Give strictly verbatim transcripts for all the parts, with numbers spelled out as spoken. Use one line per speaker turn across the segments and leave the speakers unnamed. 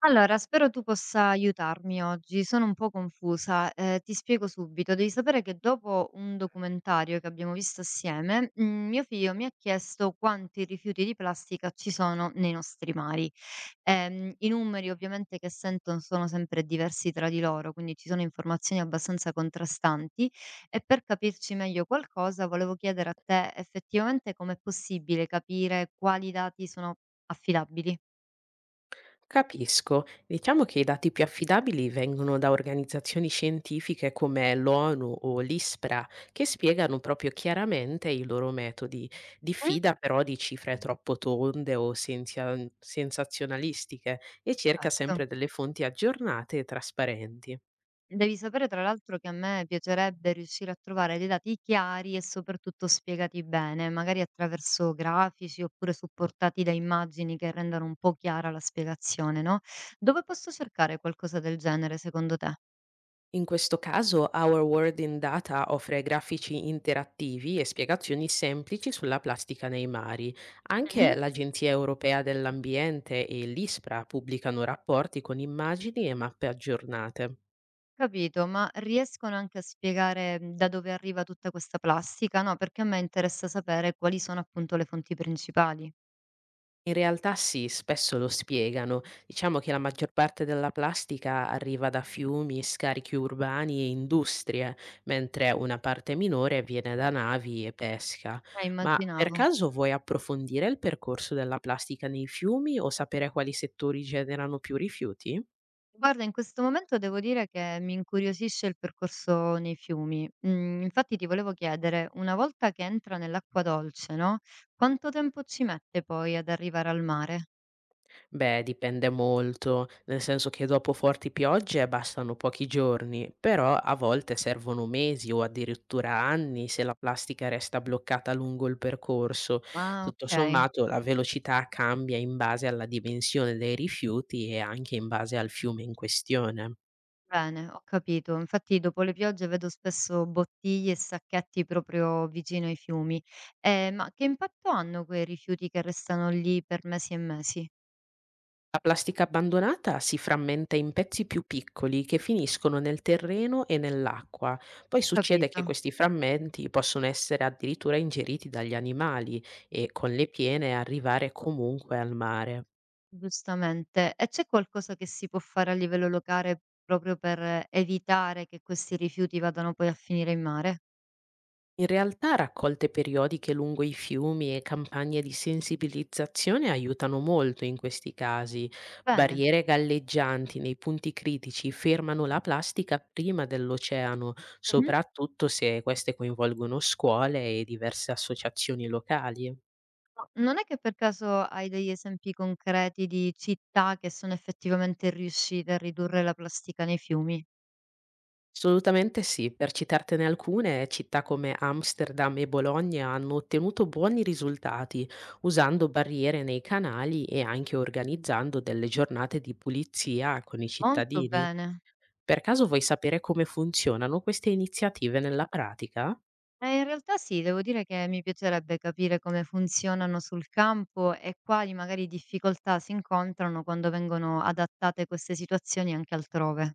Allora, spero tu possa aiutarmi oggi. Sono un po' confusa. Eh, ti spiego subito. Devi sapere che dopo un documentario che abbiamo visto assieme, mm, mio figlio mi ha chiesto quanti rifiuti di plastica ci sono nei nostri mari. Ehm, I numeri ovviamente che sento sono sempre diversi tra di loro, quindi ci sono informazioni abbastanza contrastanti e per capirci meglio qualcosa volevo chiedere a te effettivamente com'è possibile capire quali dati sono affidabili.
Capisco. Diciamo che i dati più affidabili vengono da organizzazioni scientifiche come l'O N U o l'I S P R A, che spiegano proprio chiaramente i loro metodi.
Mhm.
Diffida però di cifre troppo tonde o senzia- sensazionalistiche e cerca
Certo.
sempre delle fonti aggiornate e trasparenti.
Devi sapere tra l'altro che a me piacerebbe riuscire a trovare dei dati chiari e soprattutto spiegati bene, magari attraverso grafici oppure supportati da immagini che rendano un po' chiara la spiegazione, no? Dove posso cercare qualcosa del genere secondo te?
In questo caso, Our World in Data offre grafici interattivi e spiegazioni semplici sulla plastica nei mari. Anche
Mhm.
l'Agenzia europea dell'ambiente e l'I S P R A pubblicano rapporti con immagini e mappe aggiornate.
Capito, ma riescono anche a spiegare, mm, da dove arriva tutta questa plastica? No, perché a me interessa sapere quali sono appunto le fonti principali.
In realtà sì, spesso lo spiegano. Diciamo che la maggior parte della plastica arriva da fiumi, scarichi urbani e industrie, mentre una parte minore viene da navi e pesca.
Eh,
Ma per
immaginavo.
caso vuoi approfondire il percorso della plastica nei fiumi o sapere quali settori generano più rifiuti?
Guarda, in questo momento devo dire che mi incuriosisce il percorso nei fiumi. Mm, infatti ti volevo chiedere, una volta che entra nell'acqua dolce, no? Quanto tempo ci mette poi ad arrivare al mare?
Beh, dipende molto, nel senso che dopo forti piogge bastano pochi giorni, però a volte servono mesi o addirittura anni se la plastica resta bloccata lungo il percorso.
Ah,
Tutto
ok,
sommato, la velocità cambia in base alla dimensione dei rifiuti e anche in base al fiume in questione.
bene, ho capito. Infatti dopo le piogge vedo spesso bottiglie e sacchetti proprio vicino ai fiumi. Eh, ma che impatto hanno quei rifiuti che restano lì per mesi e mesi?
La plastica abbandonata si frammenta in pezzi più piccoli che finiscono nel terreno e nell'acqua. Poi succede che
Capito?
questi frammenti possono essere addirittura ingeriti dagli animali e con le piene arrivare comunque al mare.
Giustamente. E c'è qualcosa che si può fare a livello locale proprio per evitare che questi rifiuti vadano poi a finire in mare?
In realtà raccolte periodiche lungo i fiumi e campagne di sensibilizzazione aiutano molto in questi casi.
Bene.
Barriere galleggianti nei punti critici fermano la plastica prima dell'oceano,
Mh-mh.
soprattutto se queste coinvolgono scuole e diverse associazioni locali.
Ma non è che per caso hai degli esempi concreti di città che sono effettivamente riuscite a ridurre la plastica nei fiumi?
Assolutamente sì, per citartene alcune, città come Amsterdam e Bologna hanno ottenuto buoni risultati usando barriere nei canali e anche organizzando delle giornate di pulizia con i
Molto
cittadini.
bene.
Per caso vuoi sapere come funzionano queste iniziative nella pratica?
Eh, in realtà sì, devo dire che mi piacerebbe capire come funzionano sul campo e quali magari difficoltà si incontrano quando vengono adattate queste situazioni anche altrove.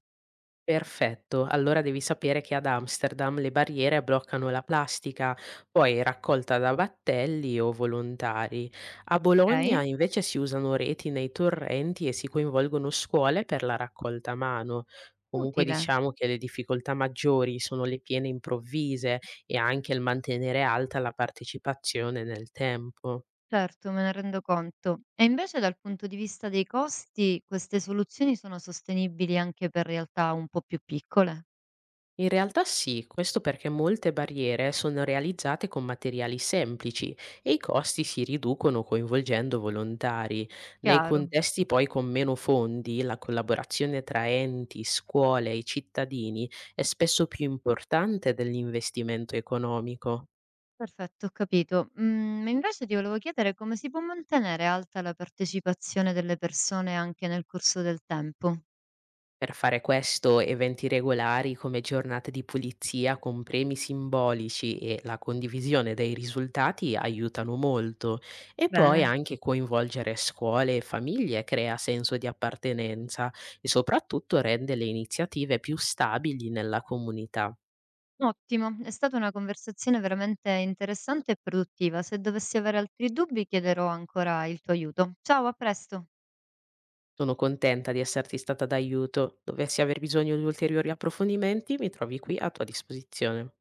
Perfetto, allora devi sapere che ad Amsterdam le barriere bloccano la plastica, poi è raccolta da battelli o volontari. A Bologna
Okay?
invece si usano reti nei torrenti e si coinvolgono scuole per la raccolta a mano. Comunque
Utile.
diciamo che le difficoltà maggiori sono le piene improvvise e anche il mantenere alta la partecipazione nel tempo.
Certo, me ne rendo conto. E invece dal punto di vista dei costi, queste soluzioni sono sostenibili anche per realtà un po' più piccole?
In realtà sì, questo perché molte barriere sono realizzate con materiali semplici e i costi si riducono coinvolgendo volontari. Nei
Chiaro,
contesti poi con meno fondi, la collaborazione tra enti, scuole e cittadini è spesso più importante dell'investimento economico.
perfetto, ho capito. Mm, invece ti volevo chiedere come si può mantenere alta la partecipazione delle persone anche nel corso del tempo.
Per fare questo, eventi regolari come giornate di pulizia con premi simbolici e la condivisione dei risultati aiutano molto e poi
Bene.
anche coinvolgere scuole e famiglie crea senso di appartenenza e soprattutto rende le iniziative più stabili nella comunità.
Ottimo, è stata una conversazione veramente interessante e produttiva. Se dovessi avere altri dubbi, chiederò ancora il tuo aiuto. Ciao, a presto.
Sono contenta di esserti stata d'aiuto. Dovessi aver bisogno di ulteriori approfondimenti, mi trovi qui a tua disposizione.